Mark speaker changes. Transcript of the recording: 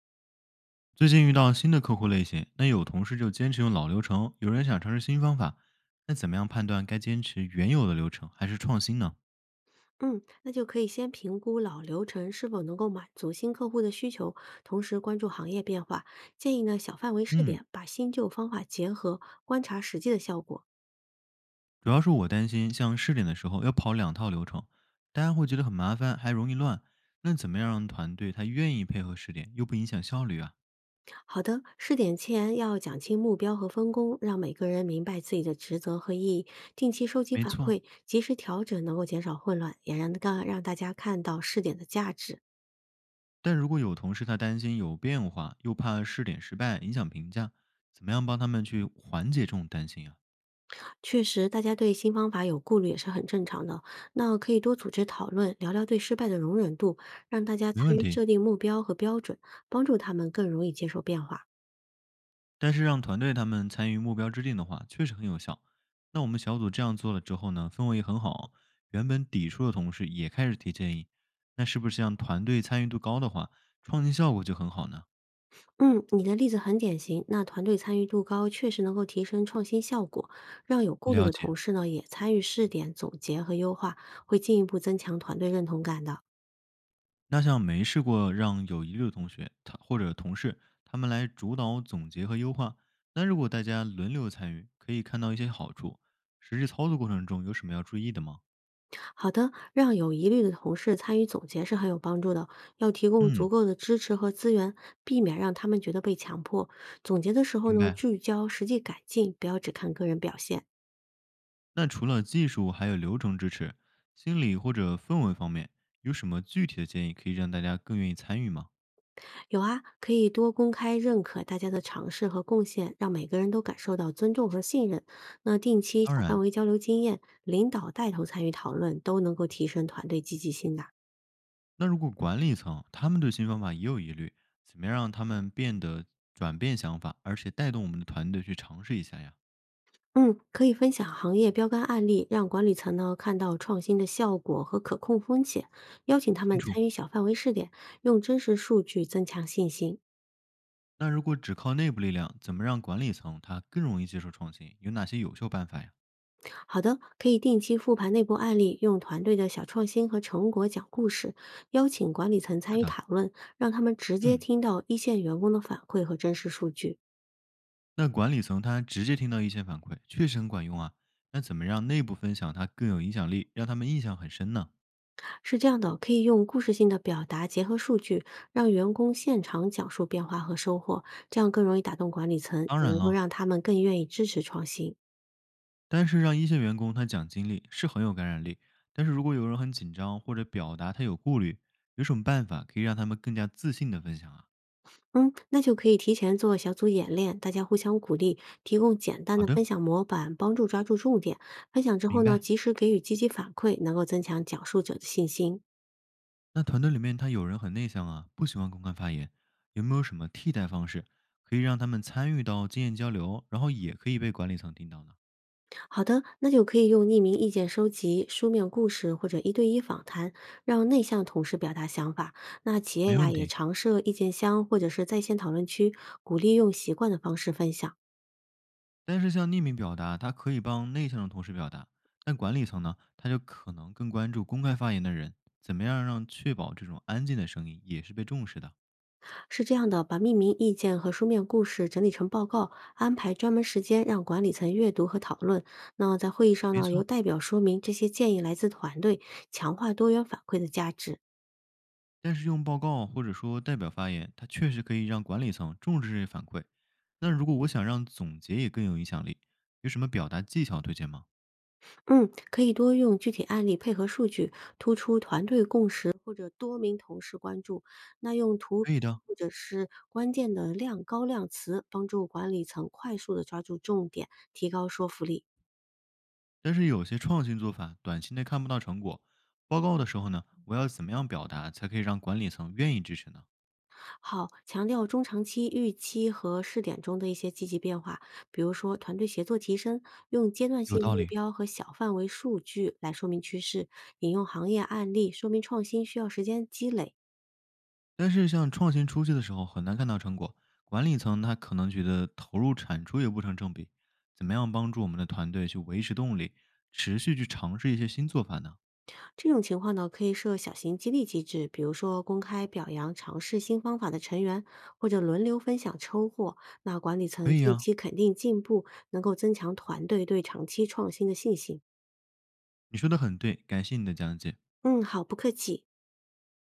Speaker 1: 最近遇到新的客户类型，那有同事就坚持用老流程，有人想尝试新方法，那怎么样判断该坚持原有的流程还是创新呢？
Speaker 2: 嗯，那就可以先评估老流程是否能够满足新客户的需求，同时关注行业变化。建议呢小范围试
Speaker 1: 嗯，
Speaker 2: 点，把新旧方法结合，观察实际的效果。
Speaker 1: 主要是我担心像试点的时候要跑两套流程，大家会觉得很麻烦，还容易乱。那怎么样让团队他愿意配合试点，又不影响效率啊？
Speaker 2: 好的，试点前要讲清目标和分工，让每个人明白自己的职责和意义。定期收集
Speaker 1: 没
Speaker 2: 反
Speaker 1: 错，
Speaker 2: 馈，及时调整，能够减少混乱，也让大家看到试点的价值。
Speaker 1: 但如果有同事他担心有变化，又怕试点失败影响评价，怎么样帮他们去缓解这种担心啊？
Speaker 2: 确实，大家对新方法有顾虑也是很正常的。那可以多组织讨论，聊聊对失败的容忍度，让大家
Speaker 1: 没
Speaker 2: 参
Speaker 1: 问
Speaker 2: 与
Speaker 1: 题，
Speaker 2: 设定目标和标准，帮助他们更容易接受变化。
Speaker 1: 但是让团队他们参与目标制定的话，确实很有效。那我们小组这样做了之后呢，氛围也很好，原本抵触的同事也开始提建议。那是不是像团队参与度高的话，创新效果就很好呢？
Speaker 2: 嗯，你的例子很典型。那团队参与度高，确实能够提升创新效果，让有顾虑
Speaker 1: 了
Speaker 2: 的
Speaker 1: 解。
Speaker 2: 同事呢也参与试点、总结和优化，会进一步增强团队认同感的。
Speaker 1: 那像没试过让有疑虑的同学，他或者同事，他们来主导总结和优化。那如果大家轮流参与，可以看到一些好处。实际操作过程中有什么要注意的吗？
Speaker 2: 好的，让有疑虑的同事参与总结是很有帮助的。要提供足
Speaker 1: 嗯，
Speaker 2: 够的支持和资源，避免让他们觉得被强迫。总结的时候
Speaker 1: 明
Speaker 2: 呢，
Speaker 1: 白。
Speaker 2: 聚焦实际改进，不要只看个人表现。
Speaker 1: 那除了技术还有流程支持，心理或者氛围方面有什么具体的建议可以让大家更愿意参与吗？
Speaker 2: 有啊，可以多公开认可大家的尝试和贡献，让每个人都感受到尊重和信任。那定期
Speaker 1: 当
Speaker 2: 小范
Speaker 1: 然，
Speaker 2: 围交流经验，领导带头参与讨论，都能够提升团队积极性的。
Speaker 1: 那如果管理层他们对新方法也有疑虑，怎么样让他们变得转变想法，而且带动我们的团队去尝试一下呀？
Speaker 2: 嗯，可以分享行业标杆案例，让管理层呢看到创新的效果和可控风险，邀请他
Speaker 1: 清
Speaker 2: 们
Speaker 1: 楚。
Speaker 2: 参与小范围试点，用真实数据增强信心。
Speaker 1: 那如果只靠内部力量，怎么让管理层他更容易接受创新？有哪些有效办法呀？
Speaker 2: 好的，可以定期复盘内部案例，用团队的小创新和成果讲故事，邀请管理层
Speaker 1: 是
Speaker 2: 参与
Speaker 1: 的，
Speaker 2: 讨论，让他们直接
Speaker 1: 嗯，
Speaker 2: 听到一线员工的反馈和真实数据。
Speaker 1: 那管理层他直接听到意见反馈，确实很管用啊。那怎么让内部分享它更有影响力，让他们印象很深呢？
Speaker 2: 是这样的，可以用故事性的表达结合数据，让员工现场讲述变化和收获，这样更容易打动管理层，
Speaker 1: 当
Speaker 2: 也
Speaker 1: 然
Speaker 2: 能够
Speaker 1: 了，
Speaker 2: 让他们更愿意支持创新。
Speaker 1: 但是让一线员工他讲经历是很有感染力。但是如果有人很紧张或者表达他有顾虑，有什么办法可以让他们更加自信的分享啊？
Speaker 2: 嗯，那就可以提前做小组演练，大家互相鼓励，提供简单
Speaker 1: 好
Speaker 2: 的
Speaker 1: 的，
Speaker 2: 分享模板，帮助抓住重点。分享之
Speaker 1: 明
Speaker 2: 后呢，
Speaker 1: 白。
Speaker 2: 及时给予积极反馈，能够增强讲述者的信心。
Speaker 1: 那团队里面他有人很内向啊，不喜欢公开发言，有没有什么替代方式可以让他们参与到经验交流，然后也可以被管理层听到呢？
Speaker 2: 好的，那就可以用匿名意见收集、书面故事或者一对一访谈，让内向同事表达想法。那企业
Speaker 1: 没
Speaker 2: 呀、
Speaker 1: 问
Speaker 2: 也
Speaker 1: 题，
Speaker 2: 常设意见箱或者是在线讨论区，鼓励用习惯的方式分享。
Speaker 1: 但是像匿名表达，它可以帮内向的同事表达，但管理层呢，他就可能更关注公开发言的人，怎么样让确保这种安静的声音也是被重视的。
Speaker 2: 是这样的，把匿名意见和书面故事整理成报告，安排专门时间让管理层阅读和讨论。那在会议上
Speaker 1: 没
Speaker 2: 呢，由
Speaker 1: 错，
Speaker 2: 代表说明这些建议来自团队，强化多元反馈的价值。
Speaker 1: 但是用报告或者说代表发言，它确实可以让管理层重视这些反馈。那如果我想让总结也更有影响力，有什么表达技巧推荐吗？
Speaker 2: 嗯，可以多用具体案例配合数据，突出团队共识或者多名同事关注。那用图
Speaker 1: 可以的，
Speaker 2: 或者是关键的量高量词，帮助管理层快速的抓住重点，提高说服力。
Speaker 1: 但是有些创新做法，短期内看不到成果。报告的时候呢，我要怎么样表达才可以让管理层愿意支持呢？
Speaker 2: 好，强调中长期预期和试点中的一些积极变化，比如说团队协作提升，用阶段
Speaker 1: 有
Speaker 2: 性
Speaker 1: 道
Speaker 2: 目
Speaker 1: 理。
Speaker 2: 标和小范围数据来说明趋势，引用行业案例说明创新需要时间积累。
Speaker 1: 但是像创新初期的时候很难看到成果，管理层他可能觉得投入产出也不成正比。怎么样帮助我们的团队去维持动力，持续去尝试一些新做法呢？
Speaker 2: 这种情况呢，可以设小型激励机制，比如说公开表扬尝试新方法的成员，或者轮流分享收获。那管理
Speaker 1: 可
Speaker 2: 层
Speaker 1: 以
Speaker 2: 定
Speaker 1: 呀、
Speaker 2: 期肯定进步，能够增强团队对长期创新的信心。
Speaker 1: 你说的很对，感谢你的讲解。
Speaker 2: 嗯，好，不客气。